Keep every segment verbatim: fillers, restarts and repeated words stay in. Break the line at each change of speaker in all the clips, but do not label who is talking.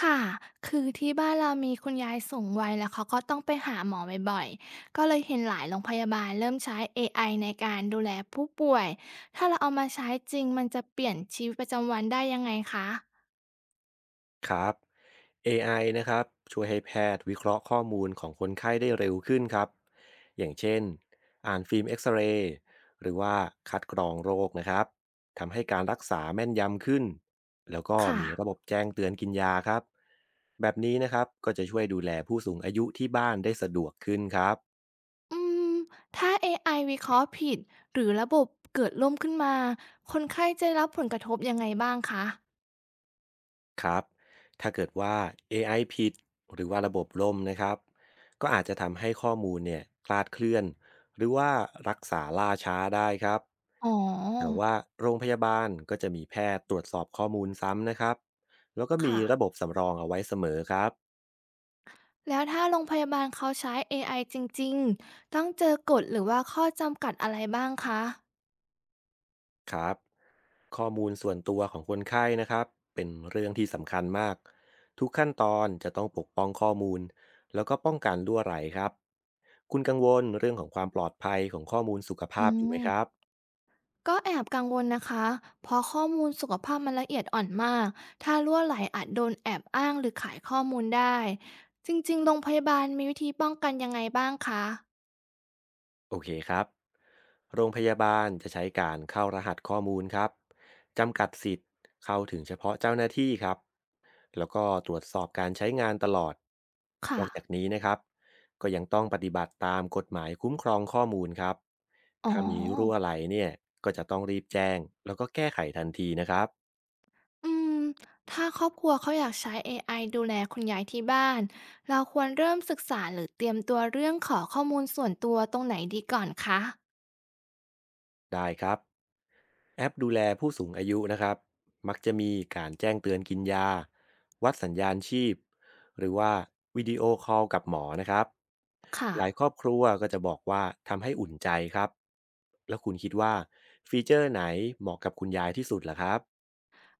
ค่ะ คือที่บ้านเรามีคุณยายสูงวัยแล้วเขาก็ต้องไปหาหมอบ่อยๆก็เลยเห็นหลายโรงพยาบาลเริ่มใช้ เอ ไอ ในการดูแลผู้ป่วย ถ้าเราเอามาใช้จริงมันจะเปลี่ยนชีวิตประจำวันได้ยังไงคะ
ครับ เอ ไอ นะครับช่วยให้แพทย์วิเคราะห์ข้อมูลของคนไข้ได้เร็วขึ้นครับอย่างเช่นอ่านฟิล์มเอ็กซเรย์หรือว่าคัดกรองโรคนะครับทำให้การรักษาแม่นยำขึ้นแล้วก็
ค่ะ
มีระบบแจ้งเตือนกินยาครับแบบนี้นะครับก็จะช่วยดูแลผู้สูงอายุที่บ้านได้สะดวกขึ้นครับ
อืม ถ้า เอ ไอ วิเคราะห์ผิดหรือระบบเกิดล่มขึ้นมา คนไข้จะรับผลกระทบยังไงบ้างคะ
ครับถ้าเกิดว่า เอ ไอ ผิดหรือว่าระบบล่มนะครับก็อาจจะทำให้ข้อมูลเนี่ยคลาดเคลื่อนหรือว่ารักษาล่าช้าได้ครับ
อ๋อ
แต่ว่าโรงพยาบาลก็จะมีแพทย์ตรวจสอบข้อมูลซ้ำนะครับแล้วก็มี
ค่ะ
ระบบสำรองเอาไว้เสมอครับ
แล้วถ้าโรงพยาบาลเขาใช้ เอ ไอ จริงๆต้องเจอกฎหรือว่าข้อจำกัดอะไรบ้างคะ
ครับข้อมูลส่วนตัวของคนไข้นะครับเป็นเรื่องที่สำคัญมากทุกขั้นตอนจะต้องปกป้องข้อมูลแล้วก็ป้องกันรั่วไหลครับคุณกังวลเรื่องของความปลอดภัยของข้อมูลสุข
อื
ภาพอยู่ไหมครั
ม
บ
ก็แอบกังวลนะคะเพราะข้อมูลสุขภาพมันละเอียดอ่อนมากถ้ารั่วไหลอาจโดนแอบอ้างหรือขายข้อมูลได้จริงๆโรงพยาบาลมีวิธีป้องกันยังไงบ้างคะ
โอเคครับ โรงพยาบาลจะใช้การเข้ารหัสข้อมูลครับจำกัดสิทธิ์เข้าถึงเฉพาะเจ้าหน้าที่ครับแล้วก็ตรวจสอบการใช้งานตลอดน
ค่ะ
อกจากนี้นะครับก็ยังต้องปฏิบัติตามกฎหมายคุ้มครองข้อมูลครับ
อ๋อ
ถ้ามีรั่วไหลเนี่ยก็จะต้องรีบแจ้งแล้วก็แก้ไขทันทีนะครับ
อืมถ้าครอบครัวเขาอยากใช้ เอ ไอ ดูแลคุณยายที่บ้านเราควรเริ่มศึกษาหรือเตรียมตัวเรื่องขอข้อมูลส่วนตัวตรงไหนดีก่อนคะ
ได้ครับแอปดูแลผู้สูงอายุนะครับมักจะมีการแจ้งเตือนกินยาวัดสัญญาณชีพหรือว่าวิดีโอคอลกับหมอนะครับ
ค่ะ
หลายครอบครัวก็จะบอกว่าทำให้อุ่นใจครับแล้วคุณคิดว่าฟีเจอร์ไหนเหมาะกับคุณยายที่สุดล่ะครับ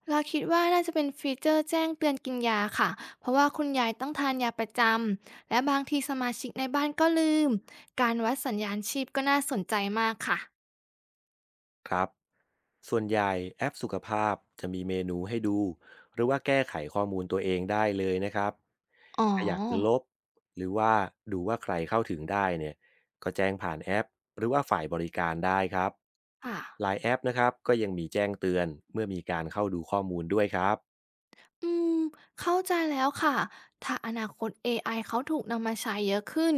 เราคิดว่าน่าจะเป็นฟีเจอร์แจ้งเตือนกินยาค่ะ เพราะว่าคุณยายต้องทานยาประจำ และบางทีสมาชิกในบ้านก็ลืม การวัดสัญญาณชีพก็น่าสนใจมากค่ะ
ครับส่วนใหญ่แอปสุขภาพจะมีเมนูให้ดูหรือว่าแก้ไขข้อมูลตัวเองได้เลยนะครับ
อ๋อ
ถ้าอยากจะลบหรือว่าดูว่าใครเข้าถึงได้เนี่ยก็แจ้งผ่านแอปหรือว่าฝ่ายบริการได้ครับ
ค่ะ
หลายแอปนะครับก็ยังมีแจ้งเตือนเมื่อมีการเข้าดูข้อมูลด้วยครับ
อืม เข้าใจแล้วค่ะ ถ้าอนาคต เอ ไอ เขาถูกนำมาใช้เยอะขึ้น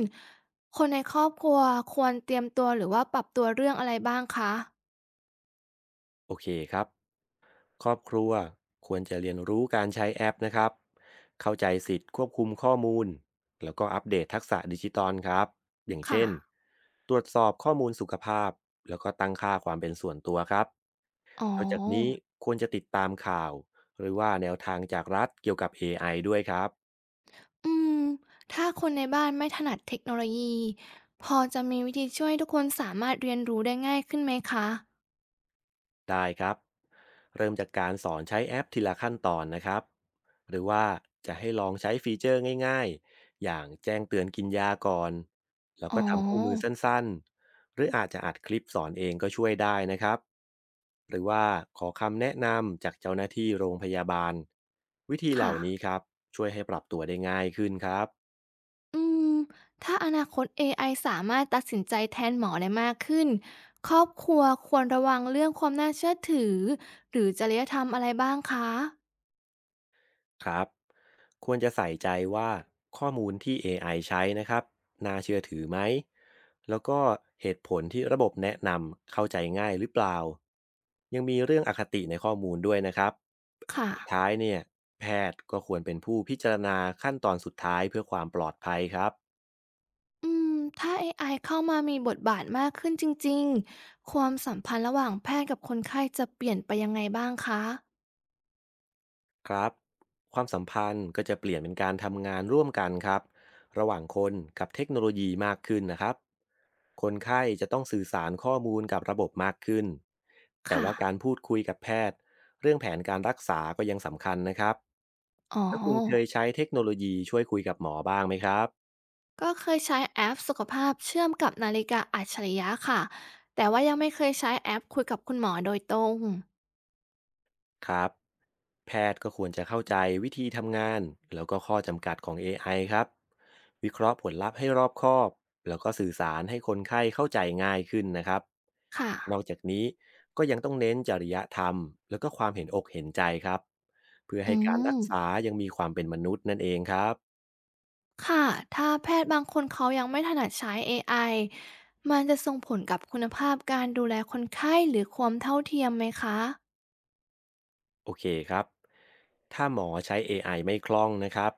คนในครอบครัวควรเตรียมตัวหรือว่าปรับตัวเรื่องอะไรบ้างคะ
โอเคครับ ครอบครัวควรจะเรียนรู้การใช้แอปนะครับ เข้าใจสิทธิ์ควบคุมข้อมูลแล้วก็อัปเดตทักษะดิจิตอลครับอย่าง
ค่ะ
เช่นตรวจสอบข้อมูลสุขภาพแล้วก็ตั้งค่าความเป็นส่วนตัวครับ
อ๋อ
นอกจากนี้ควรจะติดตามข่าวหรือว่าแนวทางจากรัฐเกี่ยวกับ เอ ไอ ด้วยครับ
อืมถ้าคนในบ้านไม่ถนัดเทคโนโลยีพอจะมีวิธีช่วยให้ทุกคนสามารถเรียนรู้ได้ง่ายขึ้นไหมคะ
ได้ครับเริ่มจากการสอนใช้แอปทีละขั้นตอนนะครับหรือว่าจะให้ลองใช้ฟีเจอร์ง่ายๆอย่างแจ้งเตือนกินยาก่อนแล้ว
อ๋อ
ก็ทำคู่มือสั้นๆหรืออาจจะอัดคลิปสอนเองก็ช่วยได้นะครับหรือว่าขอคำแนะนำจากเจ้าหน้าที่โรงพยาบาลวิธีเห
ค่ะ
ล่านี้ครับช่วยให้ปรับตัวได้ง่ายขึ้นครับ
อืมถ้าอนาคตเอไอสามารถตัดสินใจแทนหมอได้มากขึ้นครอบครัวควรระวังเรื่องความน่าเชื่อถือหรือจริยธรรมอะไรบ้างคะ
ครับควรจะใส่ใจว่าข้อมูลที่ เอ ไอ ใช้นะครับน่าเชื่อถือไหมแล้วก็เหตุผลที่ระบบแนะนำเข้าใจง่ายหรือเปล่ายังมีเรื่องอคติในข้อมูลด้วยนะครับ
ค่ะ
สุดท้ายเนี่ยแพทย์ก็ควรเป็นผู้พิจารณาขั้นตอนสุดท้ายเพื่อความปลอดภัยครับ
อืมถ้าเอไอเข้ามามีบทบาทมากขึ้นจริงๆความสัมพันธ์ระหว่างแพทย์กับคนไข้จะเปลี่ยนไปยังไงบ้างคะ
ครับความสัมพันธ์ก็จะเปลี่ยนเป็นการทำงานร่วมกันครับระหว่างคนกับเทคโนโลยีมากขึ้นนะครับ คนไข้จะต้องสื่อสารข้อมูลกับระบบมากขึ้นแต่
ค่ะ
ว่าการพูดคุยกับแพทย์เรื่องแผนการรักษาก็ยังสำคัญนะครับ
อ๋อ
แล้วคุณเคยใช้เทคโนโลยีช่วยคุยกับหมอบ้างไหมครับ
ก็เคยใช้แอปสุขภาพเชื่อมกับนาฬิกาอัจฉริยะค่ะ แต่ว่ายังไม่เคยใช้แอปคุยกับคุณหมอโดยตรง
ครับแพทย์ก็ควรจะเข้าใจวิธีทำงานแล้วก็ข้อจำกัดของ เอ ไอ ครับวิเคราะห์ผลลัพธ์ให้รอบคอบแล้วก็สื่อสารให้คนไข้เข้าใจง่ายขึ้นนะครับ
ค่ะ
นอกจากนี้ก็ยังต้องเน้นจริยธรรมแล้วก็ความเห็นอกเห็นใจครับเพื่อ
อื
ให้การ
ม
รักษายังมีความเป็นมนุษย์นั่นเองครับ
ค่ะ ถ้าแพทย์บางคนเขายังไม่ถนัดใช้เอไอมันจะส่งผลกับคุณภาพการดูแลคนไข้หรือความเท่าเทียมไหมคะ
โอเคครับถ้าหมอใช้ เอ ไอ ไอไม่คล่องนะครับ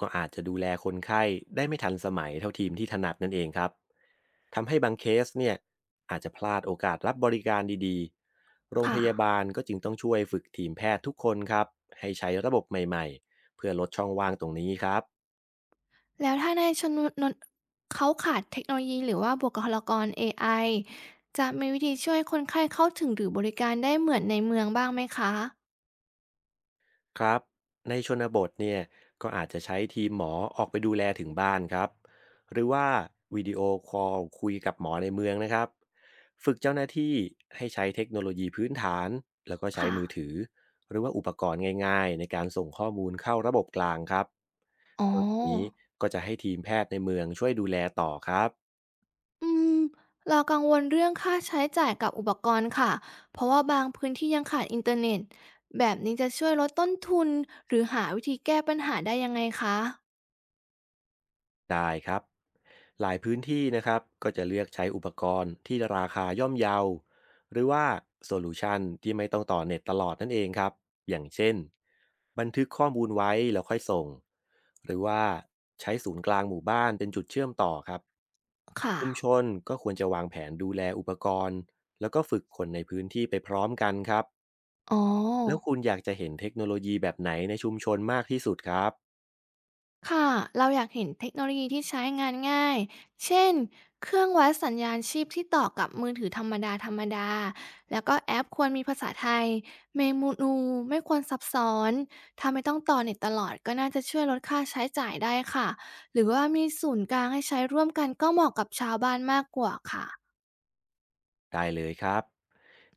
ก็อาจจะดูแลคนไข้ได้ไม่ทันสมัยเท่าทีมที่ถนัดนั่นเองครับทำให้บางเคสเนี่ยอาจจะพลาดโอกาสรับบริการดีๆโรงพ
ค่ะ
ยาบาลก็จึงต้องช่วยฝึกทีมแพทย์ทุกคนครับให้ใช้ระบบใหม่ๆเพื่อลดช่องว่างตรงนี้ครับ
แล้วถ้าในชนนนเขาขาดเทคโนโลยีหรือว่าบุคลากรเอไอจะมีวิธีช่วยคนไข้เข้าถึงหรือบริการได้เหมือนในเมืองบ้างไหมคะ
ครับในชนบทเนี่ยก็อาจจะใช้ทีมหมอออกไปดูแลถึงบ้านครับหรือว่าวิดีโอคอลคุยกับหมอในเมืองนะครับฝึกเจ้าหน้าที่ให้ใช้เทคโนโลยีพื้นฐานแล้วก็ใช้
ค่ะ
มือถือหรือว่าอุปกรณ์ง่ายๆในการส่งข้อมูลเข้าระบบกลางครับ
อ๋อ
นอกจากนี้ก็จะให้ทีมแพทย์ในเมืองช่วยดูแลต่อครับ
อืมเรากังวลเรื่องค่าใช้จ่ายกับอุปกรณ์ค่ะ เพราะว่าบางพื้นที่ยังขาดอินเทอร์เน็ต แบบนี้จะช่วยลดต้นทุนหรือหาวิธีแก้ปัญหาได้ยังไงคะ
ได้ครับหลายพื้นที่นะครับก็จะเลือกใช้อุปกรณ์ที่ราคาย่อมเยาหรือว่าโซลูชันที่ไม่ต้องต่อเน็ตตลอดนั่นเองครับอย่างเช่นบันทึกข้อมูลไว้แล้วค่อยส่งหรือว่าใช้ศูนย์กลางหมู่บ้านเป็นจุดเชื่อมต่อครับ
ค่ะ
ชุมชนก็ควรจะวางแผนดูแลอุปกรณ์แล้วก็ฝึกคนในพื้นที่ไปพร้อมกันครับ
อ๋อ
แล้วคุณอยากจะเห็นเทคโนโลยีแบบไหนในชุมชนมากที่สุดครับ
ค่ะ เราอยากเห็นเทคโนโลยีที่ใช้งานง่าย เช่น เครื่องวัดสัญญาณชีพที่ต่อกับมือถือธรรมดาธรรมดาแล้วก็แอปควรมีภาษาไทยเมนูไม่ควรซับซ้อน ถ้าไม่ต้องต่อเน็ตตลอดก็น่าจะช่วยลดค่าใช้จ่ายได้ค่ะ หรือว่ามีศูนย์กลางให้ใช้ร่วมกันก็เหมาะกับชาวบ้านมากกว่าค่ะ
ได้เลยครับ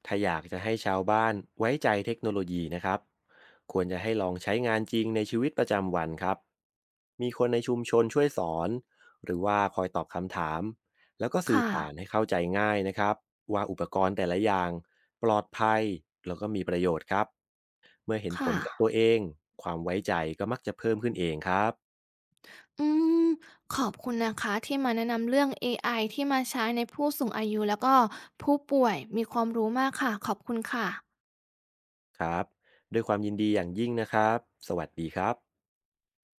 ถ้าอยากจะให้ชาวบ้านไว้ใจเทคโนโลยีนะครับควรจะให้ลองใช้งานจริงในชีวิตประจำวันครับ มีคนในชุมชนช่วยสอนหรือว่าคอยตอบคำถามแล้วก็สื่อ
ค่ะ
สารให้เข้าใจง่ายนะครับว่าอุปกรณ์แต่ละอย่างปลอดภัยแล้วก็มีประโยชน์ครับเมื่อเห็นผ
ค่ะ
ลกับตัวเองความไว้ใจก็มักจะเพิ่มขึ้นเองครับ
อืมขอบคุณนะคะที่มาแนะนำเรื่องเอไอที่มาใช้ในผู้สูงอายุแล้วก็ผู้ป่วยมีความรู้มากค่ะขอบคุณค่ะ
ครับด้วยความยินดีอย่างยิ่งนะครับสวัสดีครับ